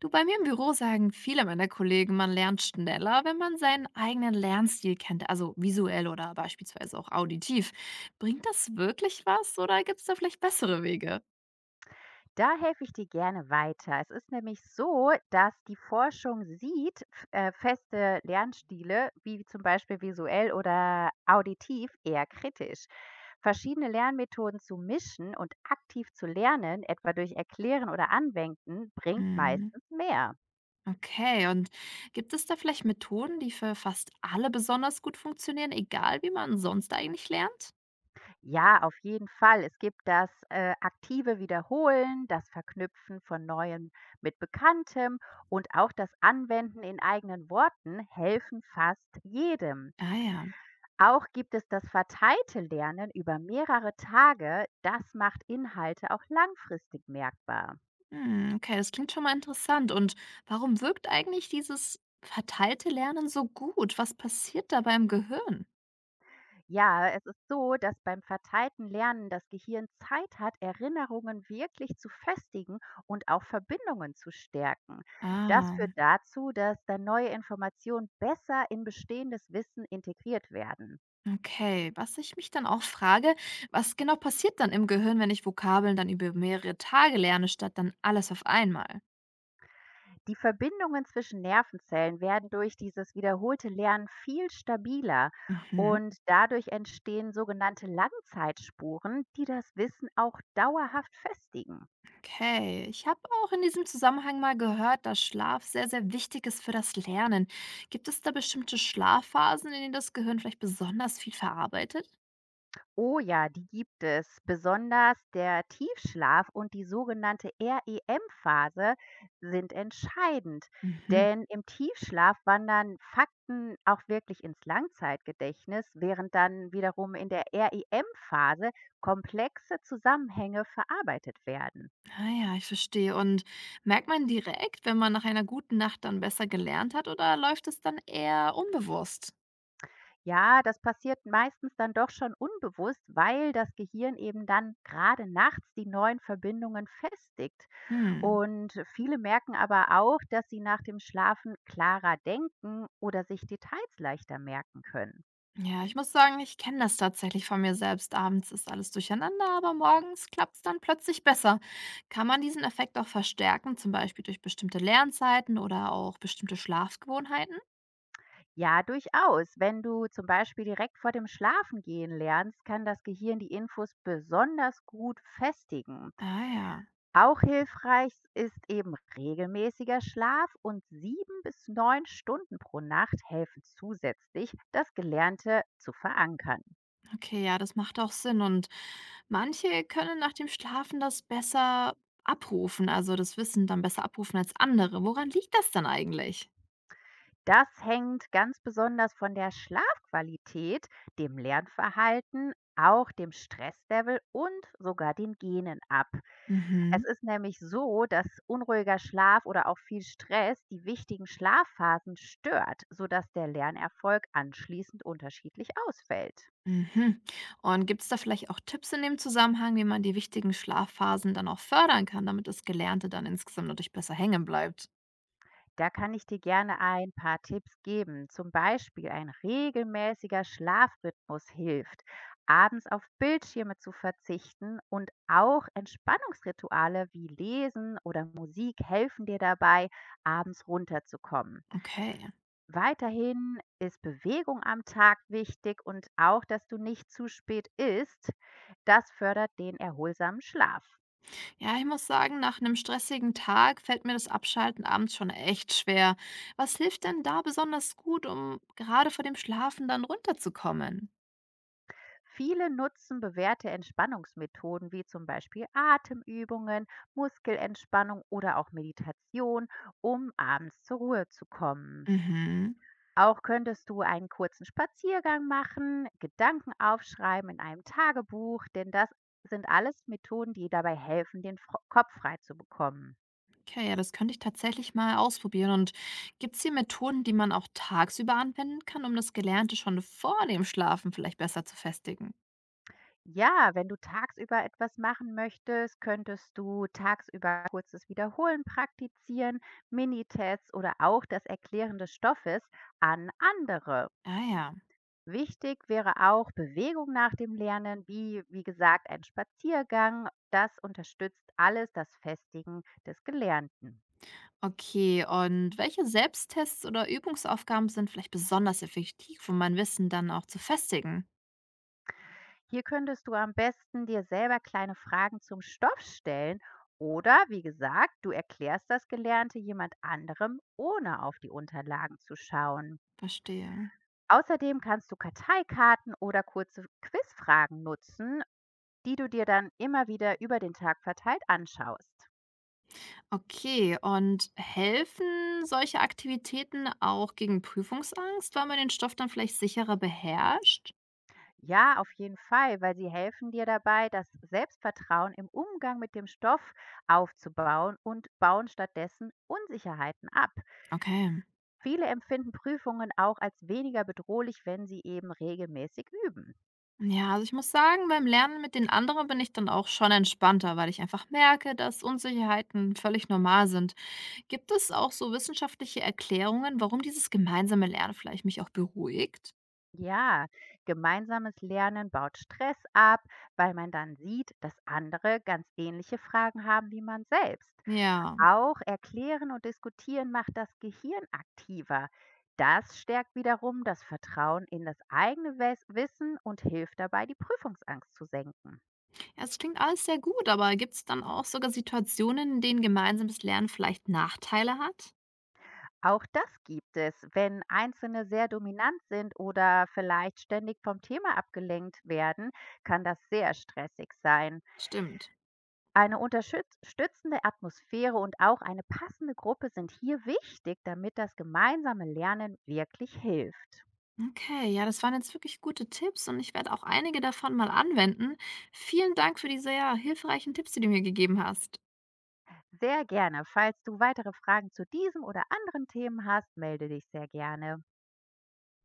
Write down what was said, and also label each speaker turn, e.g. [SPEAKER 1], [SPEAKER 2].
[SPEAKER 1] Du, bei mir im Büro sagen viele meiner Kollegen, man lernt schneller, wenn man seinen eigenen Lernstil kennt, also visuell oder beispielsweise auch auditiv. Bringt das wirklich was oder gibt es da vielleicht bessere Wege?
[SPEAKER 2] Da helfe ich dir gerne weiter. Es ist nämlich so, dass die Forschung sieht, f feste Lernstile, wie zum Beispiel visuell oder auditiv, eher kritisch Verschiedene Lernmethoden zu mischen und aktiv zu lernen, etwa durch Erklären oder Anwenden, bringt
[SPEAKER 1] Hm,
[SPEAKER 2] meistens mehr.
[SPEAKER 1] okay, und gibt es da vielleicht Methoden, die für fast alle besonders gut funktionieren, egal wie man sonst eigentlich lernt?
[SPEAKER 2] Ja, auf jeden Fall. Es gibt das aktive Wiederholen, das Verknüpfen von Neuem mit Bekanntem und auch das Anwenden in eigenen Worten helfen fast jedem.
[SPEAKER 1] Ah ja,
[SPEAKER 2] Auch gibt es das verteilte Lernen über mehrere Tage, das macht Inhalte auch langfristig merkbar.
[SPEAKER 1] hm, okay, das klingt schon mal interessant. Und warum wirkt eigentlich dieses verteilte Lernen so gut? Was passiert da beim Gehirn?
[SPEAKER 2] Ja, es ist so, dass beim verteilten Lernen das Gehirn Zeit hat, Erinnerungen wirklich zu festigen und auch Verbindungen zu stärken. Das
[SPEAKER 1] Ah.
[SPEAKER 2] führt dazu, dass dann neue Informationen besser in bestehendes Wissen integriert werden.
[SPEAKER 1] Okay, was ich mich dann auch frage, was genau passiert dann im Gehirn, wenn ich Vokabeln dann über mehrere Tage lerne, statt dann alles auf einmal?
[SPEAKER 2] Die Verbindungen zwischen Nervenzellen werden durch dieses wiederholte Lernen viel stabiler
[SPEAKER 1] Mhm.
[SPEAKER 2] und dadurch entstehen sogenannte Langzeitspuren, die das Wissen auch dauerhaft festigen.
[SPEAKER 1] Okay, ich habe auch in diesem Zusammenhang mal gehört, dass Schlaf sehr, sehr wichtig ist für das Lernen. Gibt es da bestimmte Schlafphasen, in denen das Gehirn vielleicht besonders viel verarbeitet?
[SPEAKER 2] Oh ja, die gibt es. Besonders der Tiefschlaf und die sogenannte REM-Phase sind entscheidend,
[SPEAKER 1] Mhm.
[SPEAKER 2] denn im Tiefschlaf wandern Fakten auch wirklich ins Langzeitgedächtnis, während dann wiederum in der REM-Phase komplexe Zusammenhänge verarbeitet werden.
[SPEAKER 1] Ah ja, ich verstehe. Und merkt man direkt, wenn man nach einer guten Nacht dann besser gelernt hat, oder läuft es dann eher unbewusst?
[SPEAKER 2] Ja, das passiert meistens dann doch schon unbewusst, weil das Gehirn eben dann gerade nachts die neuen Verbindungen festigt.
[SPEAKER 1] Hm.
[SPEAKER 2] Und viele merken aber auch, dass sie nach dem Schlafen klarer denken oder sich Details leichter merken können.
[SPEAKER 1] Ja, ich muss sagen, ich kenne das tatsächlich von mir selbst. Abends ist alles durcheinander, aber morgens klappt es dann plötzlich besser. Kann man diesen Effekt auch verstärken, zum Beispiel durch bestimmte Lernzeiten oder auch bestimmte Schlafgewohnheiten?
[SPEAKER 2] Ja, durchaus. Wenn du zum Beispiel direkt vor dem Schlafengehen lernst, kann das Gehirn die Infos besonders gut festigen.
[SPEAKER 1] Ah ja,
[SPEAKER 2] Auch hilfreich ist eben regelmäßiger Schlaf und sieben bis neun Stunden pro Nacht helfen zusätzlich, das Gelernte zu verankern.
[SPEAKER 1] okay, ja, das macht auch Sinn. Und manche können nach dem Schlafen das besser abrufen, also das Wissen dann besser abrufen als andere. Woran liegt das dann eigentlich?
[SPEAKER 2] Das hängt ganz besonders von der Schlafqualität, dem Lernverhalten, auch dem Stresslevel und sogar den Genen ab. Es
[SPEAKER 1] Mhm.
[SPEAKER 2] ist nämlich so, dass unruhiger Schlaf oder auch viel Stress die wichtigen Schlafphasen stört, sodass der Lernerfolg anschließend unterschiedlich ausfällt.
[SPEAKER 1] Mhm. Und gibt es da vielleicht auch Tipps in dem Zusammenhang, wie man die wichtigen Schlafphasen dann auch fördern kann, damit das Gelernte dann insgesamt natürlich besser hängen bleibt?
[SPEAKER 2] Da kann ich dir gerne ein paar Tipps geben. Zum Beispiel ein regelmäßiger Schlafrhythmus hilft, abends auf Bildschirme zu verzichten, und auch Entspannungsrituale wie Lesen oder Musik helfen dir dabei, abends runterzukommen.
[SPEAKER 1] Okay.
[SPEAKER 2] Weiterhin ist Bewegung am Tag wichtig und auch, dass du nicht zu spät isst. Das fördert den erholsamen Schlaf.
[SPEAKER 1] Ja, ich muss sagen, nach einem stressigen Tag fällt mir das Abschalten abends schon echt schwer. Was hilft denn da besonders gut, um gerade vor dem Schlafen dann runterzukommen?
[SPEAKER 2] Viele nutzen bewährte Entspannungsmethoden wie zum Beispiel Atemübungen, Muskelentspannung oder auch Meditation, um abends zur Ruhe zu kommen.
[SPEAKER 1] Mhm.
[SPEAKER 2] Auch könntest du einen kurzen Spaziergang machen, Gedanken aufschreiben in einem Tagebuch, denn das sind alles Methoden, die dabei helfen, den Kopf frei zu bekommen.
[SPEAKER 1] Okay, ja, das könnte ich tatsächlich mal ausprobieren. Und gibt es hier Methoden, die man auch tagsüber anwenden kann, um das Gelernte schon vor dem Schlafen vielleicht besser zu festigen?
[SPEAKER 2] Ja, wenn du tagsüber etwas machen möchtest, könntest du tagsüber kurzes Wiederholen praktizieren, Minitests oder auch das Erklären des Stoffes an andere.
[SPEAKER 1] Ah ja.
[SPEAKER 2] Wichtig wäre auch Bewegung nach dem Lernen, wie gesagt ein Spaziergang. Das unterstützt alles das Festigen des Gelernten.
[SPEAKER 1] Okay, und welche Selbsttests oder Übungsaufgaben sind vielleicht besonders effektiv, um mein Wissen dann auch zu festigen?
[SPEAKER 2] Hier könntest du am besten dir selber kleine Fragen zum Stoff stellen oder, wie gesagt, du erklärst das Gelernte jemand anderem, ohne auf die Unterlagen zu schauen.
[SPEAKER 1] Verstehe.
[SPEAKER 2] Außerdem kannst du Karteikarten oder kurze Quizfragen nutzen, die du dir dann immer wieder über den Tag verteilt anschaust.
[SPEAKER 1] Okay, und helfen solche Aktivitäten auch gegen Prüfungsangst, weil man den Stoff dann vielleicht sicherer beherrscht?
[SPEAKER 2] Ja, auf jeden Fall, weil sie helfen dir dabei, das Selbstvertrauen im Umgang mit dem Stoff aufzubauen und bauen stattdessen Unsicherheiten ab.
[SPEAKER 1] Okay.
[SPEAKER 2] Viele empfinden Prüfungen auch als weniger bedrohlich, wenn sie eben regelmäßig üben.
[SPEAKER 1] Ja, also ich muss sagen, beim Lernen mit den anderen bin ich dann auch schon entspannter, weil ich einfach merke, dass Unsicherheiten völlig normal sind. Gibt es auch so wissenschaftliche Erklärungen, warum dieses gemeinsame Lernen vielleicht mich auch beruhigt?
[SPEAKER 2] Ja, gemeinsames Lernen baut Stress ab, weil man dann sieht, dass andere ganz ähnliche Fragen haben wie man selbst.
[SPEAKER 1] Ja.
[SPEAKER 2] Auch erklären und diskutieren macht das Gehirn aktiver. Das stärkt wiederum das Vertrauen in das eigene Wissen und hilft dabei, die Prüfungsangst zu senken.
[SPEAKER 1] Ja, es klingt alles sehr gut, aber gibt es dann auch sogar Situationen, in denen gemeinsames Lernen vielleicht Nachteile hat?
[SPEAKER 2] Auch das gibt es. Wenn Einzelne sehr dominant sind oder vielleicht ständig vom Thema abgelenkt werden, kann das sehr stressig sein.
[SPEAKER 1] Stimmt.
[SPEAKER 2] Eine unterstützende Atmosphäre und auch eine passende Gruppe sind hier wichtig, damit das gemeinsame Lernen wirklich hilft.
[SPEAKER 1] Okay, ja, das waren jetzt wirklich gute Tipps und ich werde auch einige davon mal anwenden. Vielen Dank für diese ja, hilfreichen Tipps, die du mir gegeben hast.
[SPEAKER 2] Sehr gerne. Falls du weitere Fragen zu diesem oder anderen Themen hast, melde dich sehr gerne.